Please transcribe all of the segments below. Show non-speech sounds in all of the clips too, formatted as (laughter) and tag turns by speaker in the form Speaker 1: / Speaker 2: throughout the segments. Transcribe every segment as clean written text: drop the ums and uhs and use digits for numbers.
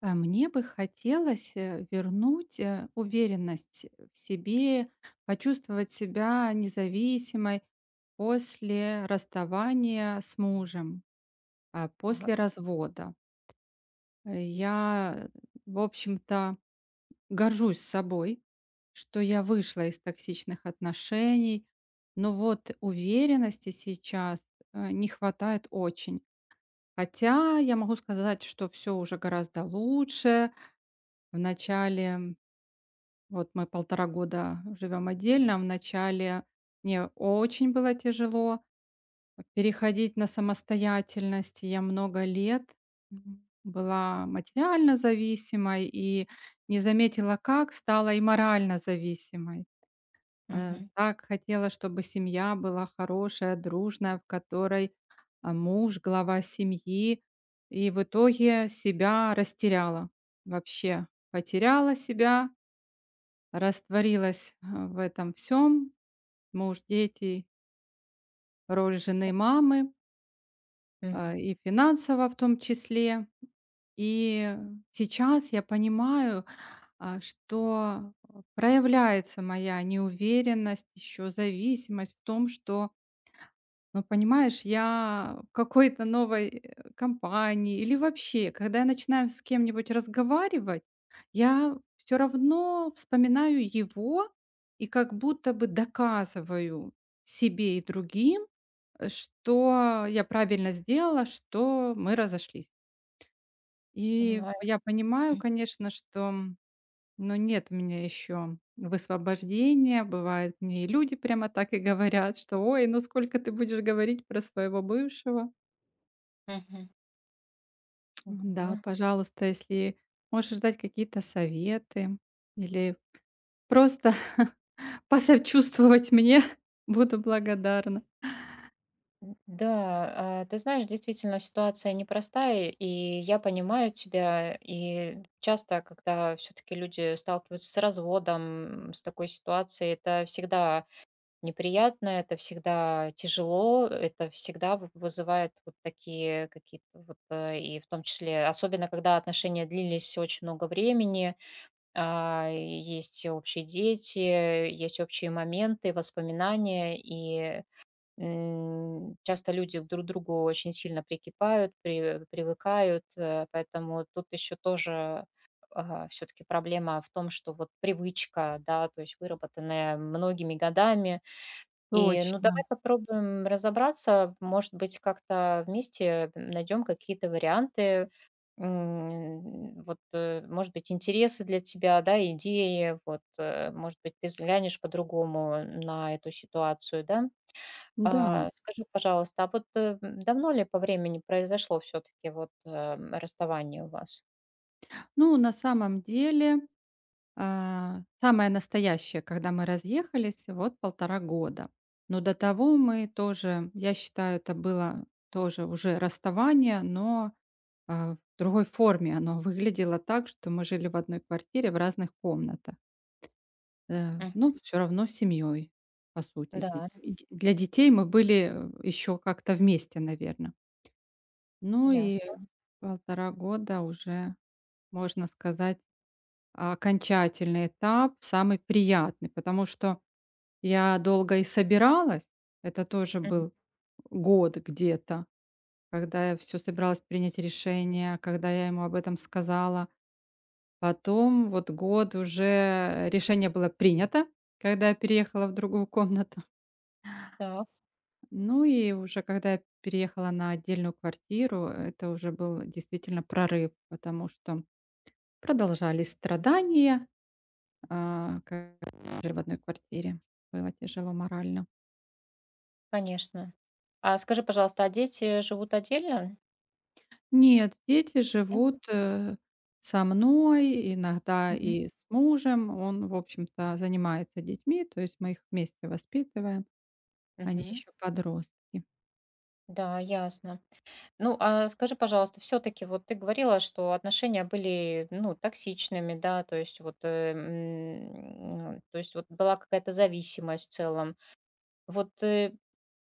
Speaker 1: А мне бы хотелось, вернуть, уверенность в себе, почувствовать себя независимой после расставания с мужем,
Speaker 2: Так.
Speaker 1: после развода. Я, в общем-то, горжусь собой, что я вышла из токсичных отношений, но вот уверенности сейчас, не хватает очень. Хотя я могу сказать, что все уже гораздо лучше. В начале Вот мы 1,5 года живем отдельно. Вначале мне очень было тяжело переходить на самостоятельность. Я много лет, была материально зависимой и не заметила, как стала и морально зависимой.
Speaker 2: Мгм.
Speaker 1: Так хотела, чтобы семья была хорошая, дружная, в которой, глава семьи. И в итоге себя растеряла вообще. Потеряла себя. Растворилась в этом всем муж, дети, роль жены, мамы,
Speaker 2: Мгм.
Speaker 1: и финансово в том числе. И сейчас я понимаю, что, проявляется моя неуверенность, еще зависимость в том, что. Но понимаешь, я в какой-то новой компании или вообще, когда я начинаю с кем-нибудь разговаривать, я все равно вспоминаю его и как будто бы доказываю себе и другим, что я правильно сделала, что мы разошлись. И
Speaker 2: Понимаю.
Speaker 1: я понимаю,
Speaker 2: М,
Speaker 1: конечно, что, но нет у меня еще высвобождения. Бывает, мне и люди прямо так и говорят, что: "Ой, ну сколько ты будешь говорить про своего бывшего?"
Speaker 2: мгм.
Speaker 1: Да,
Speaker 2: Да.
Speaker 1: пожалуйста, если можешь дать какие-то советы или просто (laughs) посочувствовать мне, (laughs) буду благодарна.
Speaker 2: Ты знаешь, действительно ситуация непростая, и я понимаю тебя, и часто, когда все-таки люди сталкиваются с разводом, с такой ситуацией, это всегда неприятно, это всегда тяжело, это всегда вызывает вот такие какие-то вот, и в том числе, особенно когда отношения длились очень много времени. А, есть общие дети, есть общие моменты, воспоминания, и, часто люди друг к другу очень сильно прикипают, привыкают, поэтому тут еще тоже, все таки проблема в том, что вот привычка, да, то есть выработанная многими годами, и, ну,
Speaker 1: Точно,
Speaker 2: давай попробуем разобраться. Может быть, как-то вместе найдем какие-то варианты. М, Вот, может быть, интересы для тебя, да, идеи. Вот, может быть, ты взглянешь по-другому на эту ситуацию, да.
Speaker 1: да.
Speaker 2: А, Скажи, пожалуйста, а вот давно ли по времени произошло все-таки вот расставание у вас?
Speaker 1: Ну, на самом деле, самое настоящее, когда мы разъехались, вот 1,5 года. Но до того мы тоже, я считаю, это было тоже уже расставание, но, в другой форме оно выглядело так, что мы жили в одной квартире в разных комнатах.
Speaker 2: М,
Speaker 1: Но все равно семьей, по сути, с
Speaker 2: Да,
Speaker 1: детьми. Д Для детей мы были, еще как-то вместе, наверное. Ну и
Speaker 2: ясно.
Speaker 1: 1,5 года уже, можно сказать, окончательный этап, самый приятный, потому что я долго и собиралась. Это тоже
Speaker 2: Мгм.
Speaker 1: был год где-то, когда я все собиралась принять решение, когда я ему об этом сказала. Потом вот год уже решение было принято, когда я переехала в другую комнату.
Speaker 2: Так,
Speaker 1: Ну и уже когда я переехала на отдельную квартиру, это уже был действительно прорыв, потому что продолжались страдания, как жили в одной квартире. Было тяжело морально.
Speaker 2: конечно. А скажи, пожалуйста, а дети живут отдельно?
Speaker 1: Нет, дети живут, со мной, иногда
Speaker 2: Нет?
Speaker 1: и с мужем. Он, в общем-то, занимается детьми, то есть мы их вместе воспитываем. Они
Speaker 2: Мгм.
Speaker 1: еще подростки.
Speaker 2: Да, ясно. Ну, а скажи, пожалуйста, все-таки вот ты говорила, что отношения были, ну, токсичными, да, то есть вот, то есть вот была какая-то зависимость в целом. Вот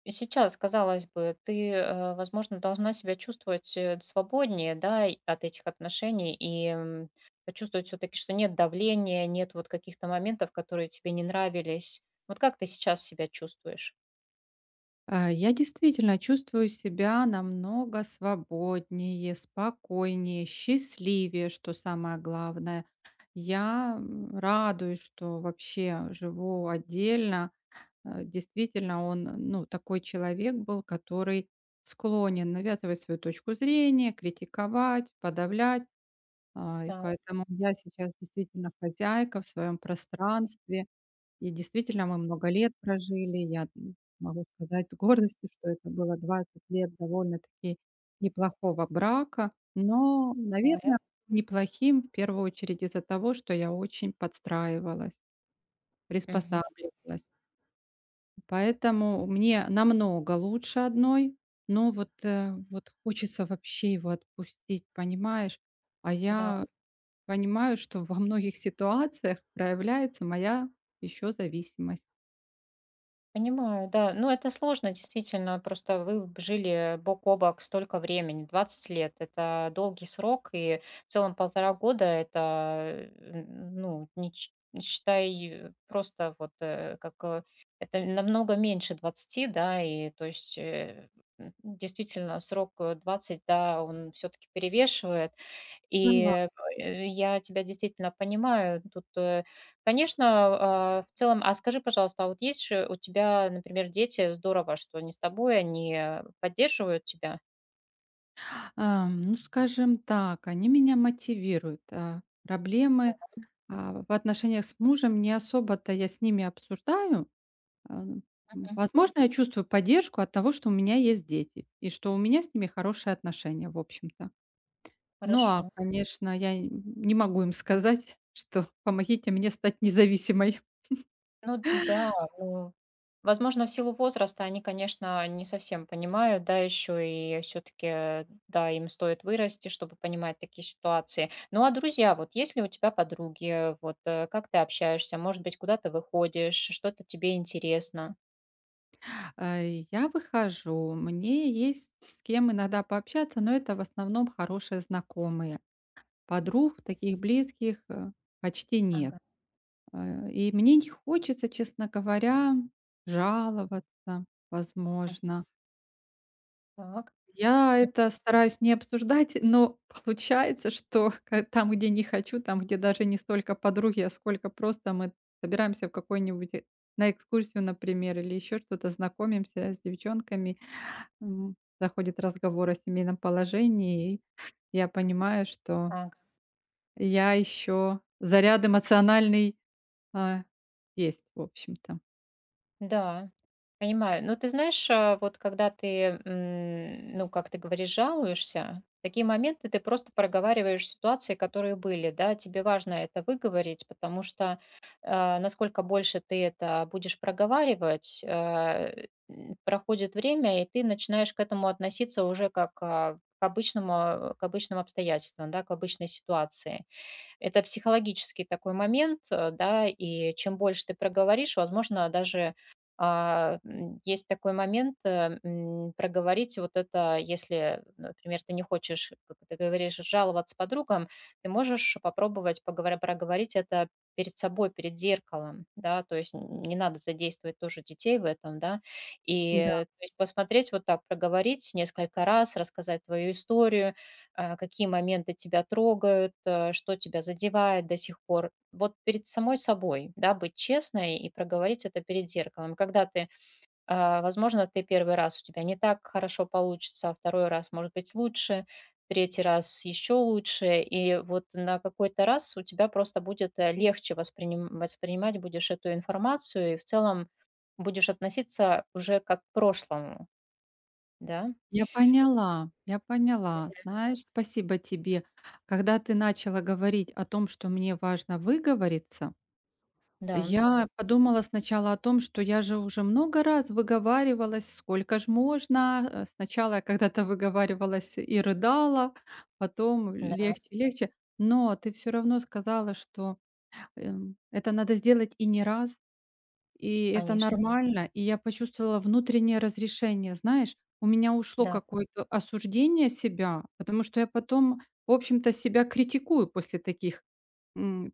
Speaker 2: сейчас, казалось бы, ты, возможно, должна себя чувствовать свободнее, да, и от этих отношений и почувствовать все-таки, что нет давления, нет вот каких-то моментов, которые тебе не нравились. Вот как ты сейчас себя чувствуешь?
Speaker 1: Я действительно чувствую себя намного свободнее, спокойнее, счастливее, что самое главное. Я, радуюсь, что вообще живу отдельно. Действительно, он, ну, такой человек был, который склонен навязывать свою точку зрения, критиковать, подавлять. И
Speaker 2: Да,
Speaker 1: поэтому я сейчас действительно хозяйка в своем пространстве. И действительно, мы много лет прожили. Я, могу сказать с гордостью, что это было 20 лет довольно-таки неплохого брака. Но,
Speaker 2: понимаю.
Speaker 1: наверное, неплохим в первую очередь из-за того, что я очень подстраивалась,
Speaker 2: Мгм.
Speaker 1: приспосабливалась. Поэтому мне намного лучше одной, но вот, вот хочется вообще его отпустить, понимаешь? А
Speaker 2: Да.
Speaker 1: я понимаю, что во многих ситуациях проявляется моя еще зависимость.
Speaker 2: Понимаю, да. Ну, это сложно, действительно. Просто вы жили бок о бок столько времени, 20 лет. Это долгий срок, и в целом 1,5 года это, ну, не считай, просто вот это намного меньше 20, да, и то есть действительно срок 20, да, он все-таки перевешивает,
Speaker 1: Поняла.
Speaker 2: и, я тебя действительно понимаю. Тут, конечно, в целом. А скажи, пожалуйста, а вот есть же у тебя, например, дети? Здорово, что они с тобой, они поддерживают тебя?
Speaker 1: Ну, скажем так, они меня мотивируют. Проблемы
Speaker 2: Да.
Speaker 1: в отношениях с мужем не особо-то я с ними обсуждаю. а, м,
Speaker 2: Мгм.
Speaker 1: Возможно, я чувствую поддержку от того, что у меня есть дети и что у меня с ними хорошие отношения, в общем-то. Ну,
Speaker 2: Хорошо.
Speaker 1: конечно, я не могу им сказать, (laughs) что помогите мне стать независимой.
Speaker 2: Ну да, ну, возможно, в силу возраста они, конечно, не совсем понимают, да, еще и все-таки, да, им стоит вырасти, чтобы понимать такие ситуации. Ну а друзья, вот есть ли у тебя подруги, вот как ты общаешься, может быть, куда ты выходишь, что-то тебе интересно?
Speaker 1: Я выхожу, мне есть с кем иногда пообщаться, но это в основном хорошие знакомые. Подруг таких близких, почти нет.
Speaker 2: Ага.
Speaker 1: И мне не хочется, честно говоря, жаловаться,
Speaker 2: М,
Speaker 1: возможно.
Speaker 2: Так.
Speaker 1: Я
Speaker 2: М,
Speaker 1: это стараюсь не обсуждать, но получается, что (laughs) ка там, где не хочу, там, где даже не столько подруги, а сколько просто мы собираемся в какой-нибудь, на экскурсию, например, или еще что-то, знакомимся с девчонками, м, заходит разговор о семейном положении, и я понимаю, что
Speaker 2: Ага.
Speaker 1: я еще заряд эмоциональный, а, есть, в общем-то.
Speaker 2: Да, понимаю. Но ты знаешь, вот когда ты, ну, как ты говоришь, жалуешься, в такие моменты ты просто проговариваешь ситуации, которые были, да, тебе важно это выговорить, потому что насколько больше ты это будешь проговаривать, проходит время, и ты начинаешь к этому относиться уже как к обычному, к обычным обстоятельствам, да, к обычной ситуации. Это психологический такой момент, да, и чем больше ты проговоришь, возможно, даже есть такой момент проговорить вот это, если, например, ты не хочешь, как ты говоришь, жаловаться подругам, ты можешь попробовать проговорить это перед собой, перед зеркалом, да, то есть не надо задействовать тоже детей в этом, да, и то есть посмотреть вот так, проговорить несколько раз, рассказать твою историю, какие моменты тебя трогают, что тебя задевает до сих пор. Вот перед самой собой, да, быть честной и проговорить это перед зеркалом. Когда ты, возможно, ты первый раз у тебя не так хорошо получится, а второй раз, может быть, лучше, третий раз еще лучше, и вот на какой-то раз у тебя просто будет легче воспринимать будешь эту информацию, и в целом будешь относиться уже как к прошлому, да?
Speaker 1: Я поняла, я поняла. Знаешь, спасибо тебе. Когда ты начала говорить о том, что мне важно выговориться,
Speaker 2: Да,
Speaker 1: я подумала сначала о том, что я же уже много раз выговаривалась, сколько ж можно. Сначала я когда-то выговаривалась и рыдала, потом
Speaker 2: да,
Speaker 1: легче, легче. Но ты все равно сказала, что это надо сделать и не раз. И это
Speaker 2: конечно,
Speaker 1: нормально. И я почувствовала внутреннее разрешение. Знаешь, у меня ушло
Speaker 2: да,
Speaker 1: какое-то осуждение себя, потому что я потом, в общем-то, себя критикую после таких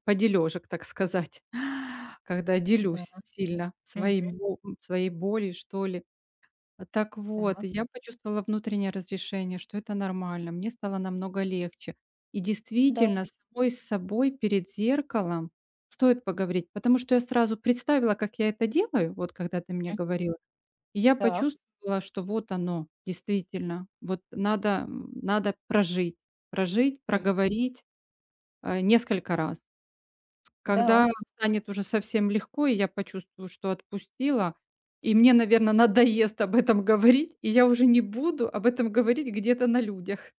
Speaker 1: подележек, так сказать, (laughs) когда
Speaker 2: да.
Speaker 1: делюсь сильно своим, своей болью, что ли. Так вот,
Speaker 2: Так,
Speaker 1: и я почувствовала внутреннее разрешение, что это нормально. Мне стало намного легче. И
Speaker 2: да.
Speaker 1: действительно, самой с собой перед зеркалом стоит поговорить, потому что я сразу представила, как я это делаю, вот когда ты мне
Speaker 2: М,
Speaker 1: говорила, и я
Speaker 2: так.
Speaker 1: почувствовала, что вот оно, действительно, вот надо, надо прожить, прожить,
Speaker 2: Мгм.
Speaker 1: проговорить, несколько раз. Когда
Speaker 2: Да.
Speaker 1: станет уже совсем легко, и я почувствую, что отпустила, и мне, наверное, надоест об этом говорить, и я уже не буду об этом говорить где-то на людях.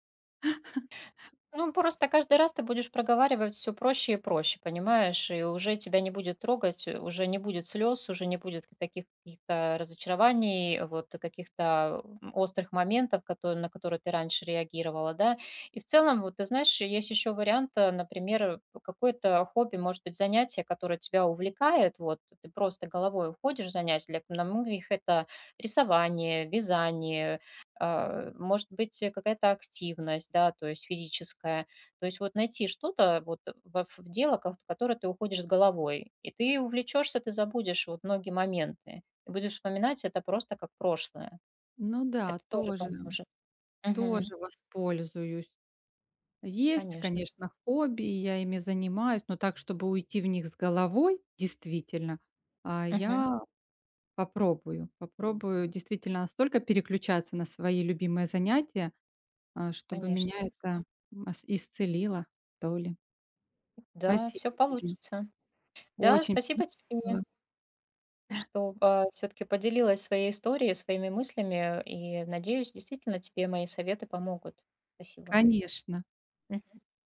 Speaker 2: Ну, просто каждый раз ты будешь проговаривать все проще и проще, понимаешь? И уже тебя не будет трогать, уже не будет слез, уже не будет таких каких-то разочарований, вот каких-то, острых моментов, которые на которые ты раньше реагировала, да. И в целом, вот ты знаешь, есть еще вариант, например, какое-то хобби, может быть, занятие, которое тебя увлекает. Вот ты просто головой уходишь в занятие. Для на многих это рисование, вязание, может быть, какая-то активность, да, то есть физическая. То есть вот найти что-то вот в дело, в которое ты уходишь с головой, и ты увлечешься, ты забудешь вот многие моменты. И будешь вспоминать это просто как прошлое.
Speaker 1: Ну да,
Speaker 2: Это тоже
Speaker 1: тоже
Speaker 2: поможет. Мгм.
Speaker 1: воспользуюсь. Есть,
Speaker 2: Конечно.
Speaker 1: конечно, хобби, и я ими занимаюсь, но так, чтобы уйти в них с головой, действительно,
Speaker 2: Мгм.
Speaker 1: я попробую. Попробую действительно настолько переключаться на свои любимые занятия, чтобы меня
Speaker 2: Конечно.
Speaker 1: это, ис исцелило, то ли.
Speaker 2: Да,
Speaker 1: Спасибо
Speaker 2: все
Speaker 1: тебе.
Speaker 2: получится. Да,
Speaker 1: Очень полезно
Speaker 2: спасибо тебе,
Speaker 1: было.
Speaker 2: что все-таки поделилась своей историей, своими мыслями, и надеюсь, действительно тебе мои советы помогут. Спасибо.
Speaker 1: Конечно.